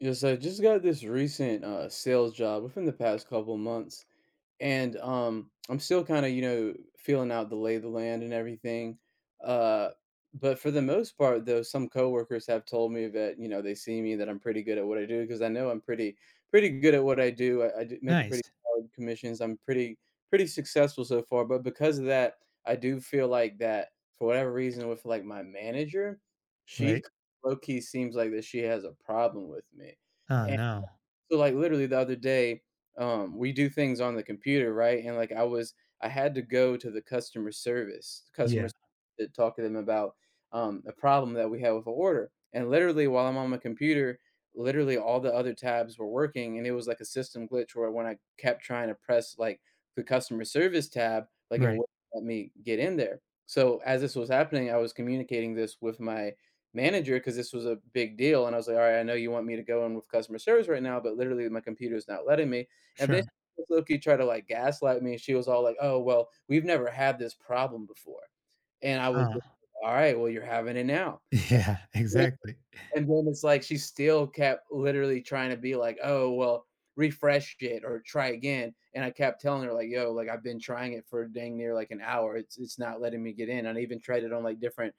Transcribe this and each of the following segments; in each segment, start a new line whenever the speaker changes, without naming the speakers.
Yes, I just got this recent sales job within the past couple months, and, I'm still kinda, you know, feeling out the lay of the land and everything, uh, but for the most part, though, some coworkers have told me that, you know, they see me that I'm pretty good at what I do because I know I'm pretty good at what I do. I do make a pretty
Nice,
solid commissions. I'm pretty successful so far, but because of that, I do feel like that for whatever reason with, like, my manager, she
right?
low-key seems like that she has a problem with me.
Oh, no.
So, like, literally the other day, we do things on the computer, right? And like, I had to go to the customer service,
Yeah,
to talk to them about a problem that we had with an order. And literally, while I'm on my computer, literally all the other tabs were working, and it was like a system glitch where when I kept trying to press like the customer service tab, like it
right.
wouldn't let me get in there. So as this was happening, I was communicating this with my manager because this was a big deal. And I was like, all right, I know you want me to go in with customer service right now, but literally my computer's not letting me. And then
Sure.
Loki tried to like gaslight me. She was all like, oh, well, we've never had this problem before. And I was
Huh.
just, all right, well, you're having it now.
Yeah,
And,
exactly.
and then it's like she still kept literally trying to be like, oh, well, refresh it or try again. And I kept telling her, like, yo, like I've been trying it for dang near like an hour. It's not letting me get in. And I even tried it on like different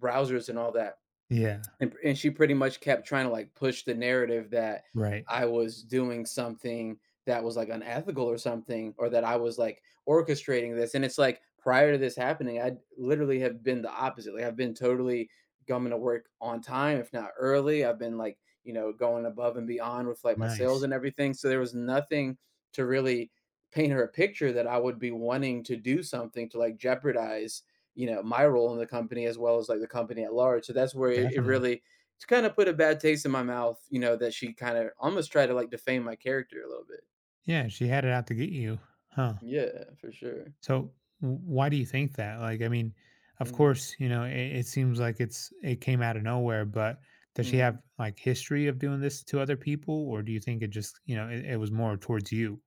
browsers and all that.
Yeah,
And she pretty much kept trying to, like, push the narrative that
right.
I was doing something that was, like, unethical or something, or that I was, like, orchestrating this, and it's like, prior to this happening, I literally have been the opposite, like, I've been totally coming to work on time, if not early, I've been, like, you know, going above and beyond with, like, my sales
Nice.
and everything, so there was nothing to really paint her a picture that I would be wanting to do something to, like, jeopardize you know my role in the company as well as like the company at large, so that's where it
Definitely.
really it's kind of put a bad taste in my mouth, you know, that she kind of almost tried to like defame my character a little bit.
Yeah, she had it out to get you. Huh.
Yeah, for sure.
So, w why do you think that? Of
Hmm.
course, you know, it seems like it came out of nowhere, but does she have, like, history of doing this to other people, or do you think it just, you know, it was more towards you?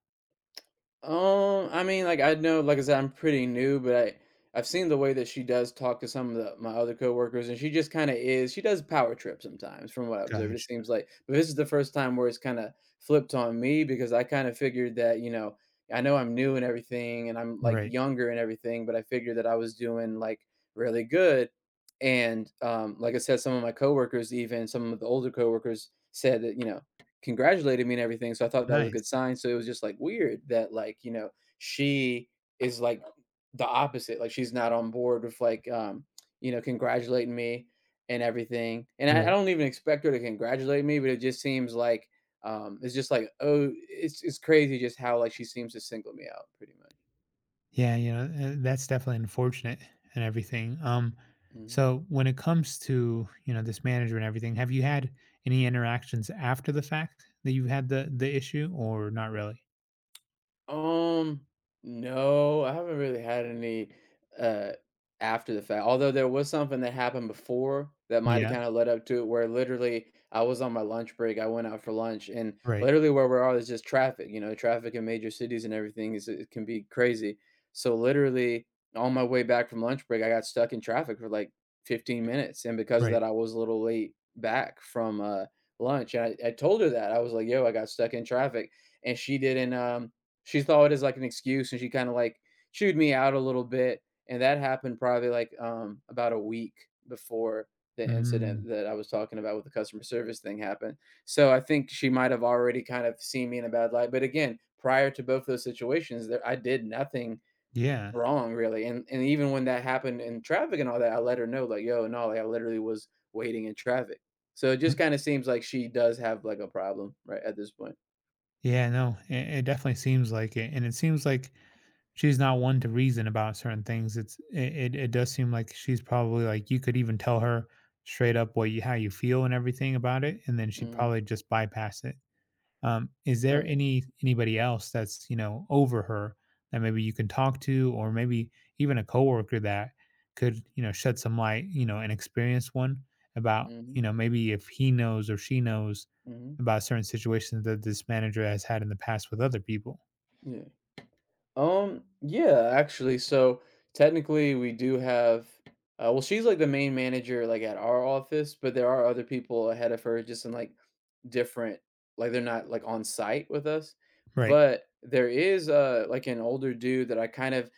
I mean, like I know, like I said, I'm pretty new, but I've seen the way that she does talk to some of the, my other coworkers, and she just kind of is. She does power trip sometimes, from what I observe. It
Gotcha.
seems like, but this is the first time where it's kind of flipped on me because I kind of figured that, you know, I know I'm new and everything, and I'm like
Right.
younger and everything, but I figured that I was doing like really good, and like I said, some of my coworkers, even some of the older coworkers, said that, you know, congratulated me and everything, so I thought that was a good
Nice.
sign, so it was just, like, weird that, like, you know, she is, like, the opposite, like, she's not on board with, like, you know, congratulating me and everything, and I
Right.
don't even expect her to congratulate me, but it just seems like, it's just like, oh, it's crazy just how, like, she seems to single me out pretty much.
Yeah, you know, that's definitely unfortunate and everything.
Mhm.
So when it comes to, you know, this manager and everything, have you had any interactions after the fact that you've had the issue or not really?
Um, no, I haven't really had any, uh, after the fact, although there was something that happened before that might have
Yeah,
kinda led up to it where literally I was on my lunch break, I went out for lunch, and
right.
literally where we are is just traffic, you know, traffic in major cities and everything is it can be crazy. So literally, on my way back from lunch break, I got stuck in traffic for like 15 minutes, and because of
Right.
that, I was a little late back from, lunch, and I told her that, I was like, "Yo, I got stuck in traffic," and she didn't, she saw it as, like, an excuse, and she kinda, like, chewed me out a little bit, and that happened probably, like, about a week before the
Mm,
incident that I was talking about with the customer service thing happened. So, I think she might have already kind of seen me in a bad light, but again, prior to both those situations, there I did nothing
yeah.
wrong, really, and even when that happened in traffic and all that, I let her know, like, "Yo, no, like, I literally was waiting in traffic." So, it just
Yep.
kinda seems like she does have, like, a problem, right, at this point.
Yeah, no, it definitely seems like it. And it seems like she's not one to reason about certain things. It does seem like she's probably like you could even tell her straight up what you how you feel and everything about it, and then she'd
Mhm.
probably just bypass it. Is
Oh,
there
yeah.
anybody else that's, you know, over her that maybe you can talk to, or maybe even a coworker that could, you know, shed some light, you know, an experienced one about, you
Mhm.
know, maybe if he knows or she knows
Mhm.
about certain situations that this manager has had in the past with other people.
Yeah. Yeah, actually, so technically we do have well she's like the main manager like at our office, but there are other people ahead of her just in like different like they're not like on site with us.
Right.
But there is like an older dude that I kind of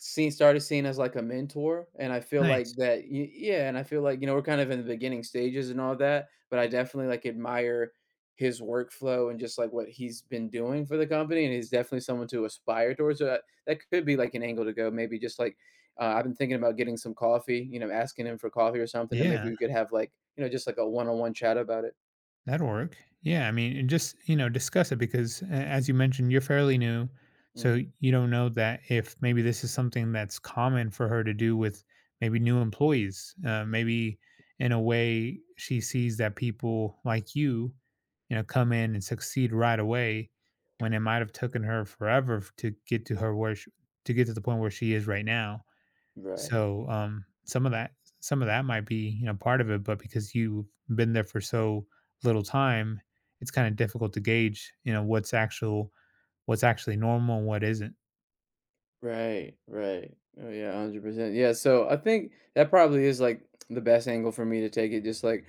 seen started seeing as, like, a mentor, and I feel like
Nice.
that y yeah, and I feel like, you know, we're kind of in the beginning stages and all that, but I definitely, like, admire his workflow and just, like, what he's been doing for the company, and he's definitely someone to aspire towards, so that could be, like, an angle to go, maybe just, like, I've been thinking about getting some coffee, you know, asking him for coffee or something, and maybe
Yeah.
we could have, like, you know, just, like, a one-on-one chat about it.
That'll work. Yeah, I mean, and just, you know, discuss it because, as you mentioned, you're fairly new, so
Mhm.
you don't know that if maybe this is something that's common for her to do with maybe new employees. Maybe in a way, she sees that people like you know, come in and succeed right away, when it might have taken her forever to get to her where she, to get to the point where she is right now.
Right.
So, some of that might be, you know, part of it, but because you've been there for so little time, it's kinda difficult to gauge, you know, what's actually normal and what isn't.
Right, right. Oh yeah, 100%. Yeah, so I think that probably is like the best angle for me to take it. Just like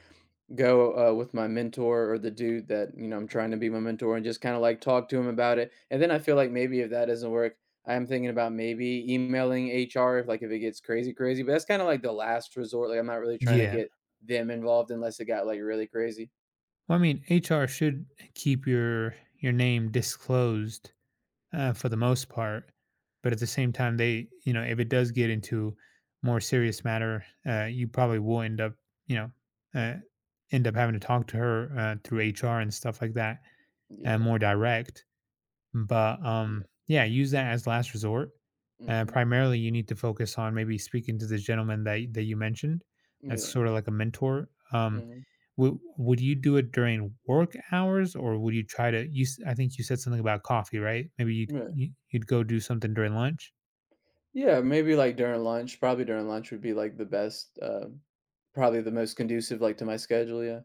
go with my mentor or the dude that, you know, I'm trying to be my mentor, and just kind of like talk to him about it. And then I feel like maybe if that doesn't work, I am thinking about maybe emailing HR if like if it gets crazy, crazy. But that's kind of like the last resort. Like I'm not really trying to
Yeah.
get them involved unless it got like really crazy.
Well, I mean, HR should keep your name disclosed, for the most part, but at the same time, they you know, if it does get into more serious matter, you probably will end up, you know, uh, end up having to talk to her, through HR and stuff like that, and
Yeah,
more direct. But
yeah,
yeah, use that as last resort.
mm-hmm.
Primarily, you need to focus on maybe speaking to the gentleman that you mentioned. That's
Yeah,
sort of like a mentor.
mm-hmm.
Would you do it during work hours, or would you try to? I think you said something about coffee, right? Maybe you'd go do something during lunch.
Yeah, maybe like during lunch, probably during lunch would be like the best, probably the most conducive like to my schedule. Yeah.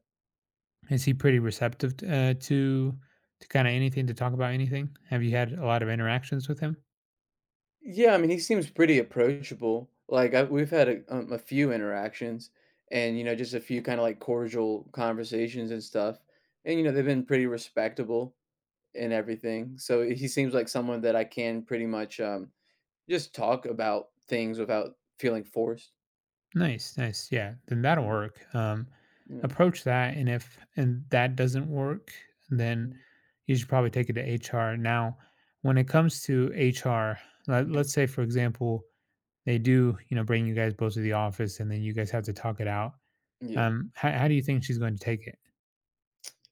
Is he pretty receptive, to kind of anything, to talk about anything? Have you had a lot of interactions with him?
Yeah. I mean, he seems pretty approachable. Like I, we've had a few interactions and, you know, just a few kind of like cordial conversations and stuff. And, you know, they've been pretty respectable and everything. So he seems like someone that I can pretty much just talk about things without feeling forced.
Nice, nice. Yeah, then that'll
Mm,
work.
yeah.
Approach that, and if and that doesn't work, then
Mm,
you should probably take it to HR. Now, when it comes to HR,
mhm.
let's say, for example, they do, you know, bring you guys both to the office, and then you guys have to talk it out.
Yeah.
How do you think she's going to take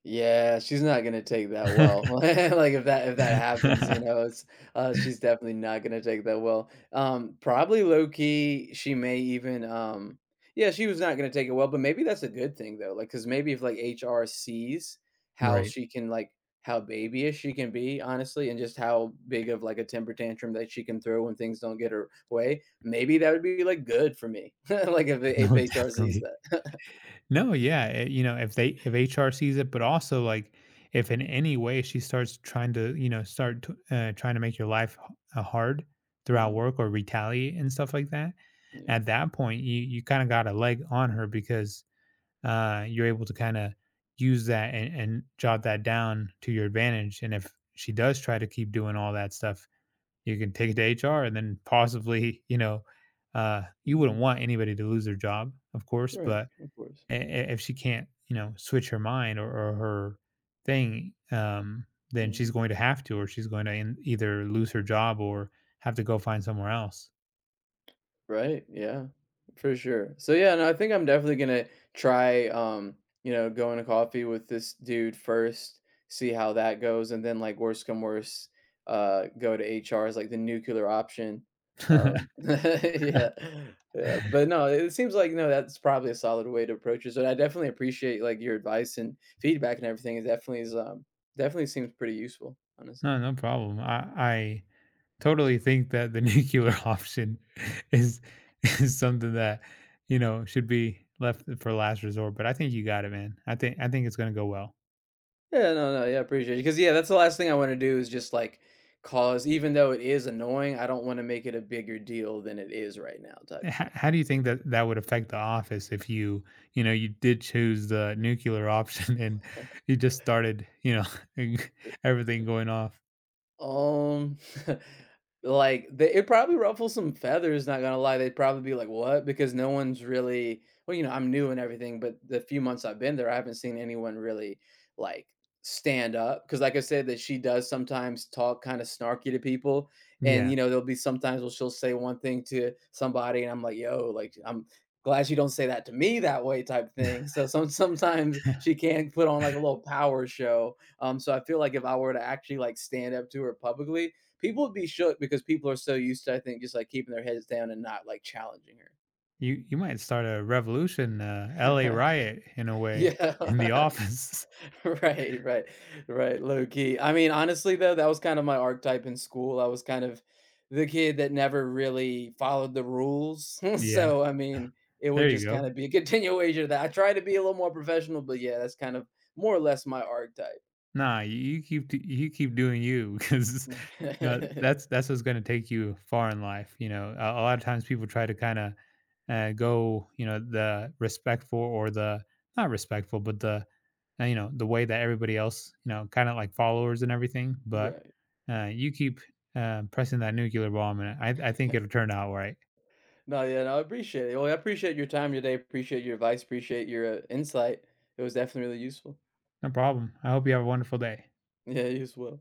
Yeah, she's not gonna take that well.
it?
Like, if that happens, you know, it's, she's definitely not gonna take that well. Probably low key, she may even, yeah, she was not gonna take it well, but maybe that's a good thing though. Like, cause maybe if, like, HR sees how
Right.
she can, like, how babyish she can be, honestly, and just how big of, like, a temper tantrum that she can throw when things don't get her way, maybe that would be, like, good for me, like, if
No,
HR sees
definitely.
that.
No, yeah, you know, if HR sees it, but also like if in any way she starts trying to, you know, start t trying to make your life, h hard throughout
Mhm,
work, or retaliate and stuff like that,
yeah,
at that point, you kinda got a leg on her because, you're able to kinda use that and jot that down to your advantage, and if she does try to keep doing all that stuff, you can take it to HR and then possibly, you know, you wouldn't
mhm,
want anybody to lose their job, of course,
right,
but,
of course,
i- i- if she can't, you know, switch her mind, or her thing, then she's
mhm.
going to have to, or she's going to in, either lose her job or have to go find somewhere else.
Right, yeah, for sure. So, yeah, no, I think I'm definitely gonna try, you know, going to coffee with this dude first, see how that goes, and then, like, worst come worst, go to HR as, like, the nuclear option.
No,
Yeah, yeah, but no, it seems like, no, that's probably a solid way to approach it, so I definitely appreciate, like, your advice and feedback and everything, it definitely is, definitely seems pretty useful, honestly.
no problem. I totally think that the nuclear option is is something that, you know, should be left for last resort. But I think you got it, man. I think it's going to go well.
Yeah, no, no, yeah, appreciate it. Because yeah, that's the last thing I wanna do is just, like, cause even though it is annoying, I don't wanna make it a bigger deal than it is right now type thing.
How do you think that that would affect the office if you, you know, you did choose the nuclear option and you just started, you know, everything going off?
Um, like, they it probably ruffles some feathers, not gonna lie, they'd probably be like, "What?" Because no one's really well, you know, I'm new and everything, but the few months I've been there, I haven't seen anyone really, like, stand up. Because, like I said, that she does sometimes talk kinda snarky to people, and,
Yeah,
you know, there'll be sometimes where she'll say one thing to somebody, and I'm like, "Yo, like, I'm glad you don't say that to me that way," type thing, so sometimes she can put on, like, a little power show, so I feel like if I were to actually like stand up to her publicly, people would be shook because people are so used to, I think, just like keeping their heads down and not like challenging
you might start a revolution, L.A.
her.
riot in a way
Yeah.
in the office.
Right, right, right, low key. I mean, honestly, though, that was kind of my archetype in school. I was kind of the kid that never really followed the rules.
Yeah,
So, I mean, it would
there you
just kind
go.
of be a continuation of that. I try to be a little more professional, but yeah, that's kind of more or less my archetype.
Nah, you keep doing you, because you know, that's what's gonna take you far in life, you know? A lot of times people try to kinda, go, you know, the respectful or the not respectful, but the, you know, the way that everybody else, you know, kinda like followers and everything, but,
Right.
you keep, pressing that nuclear bomb, and I think it'll turn out right.
No, yeah, no, I appreciate it. Well, I appreciate your time today. Appreciate your advice. Appreciate your insight. It was definitely really useful.
No problem. I hope you have a wonderful day.
Yeah, you as well.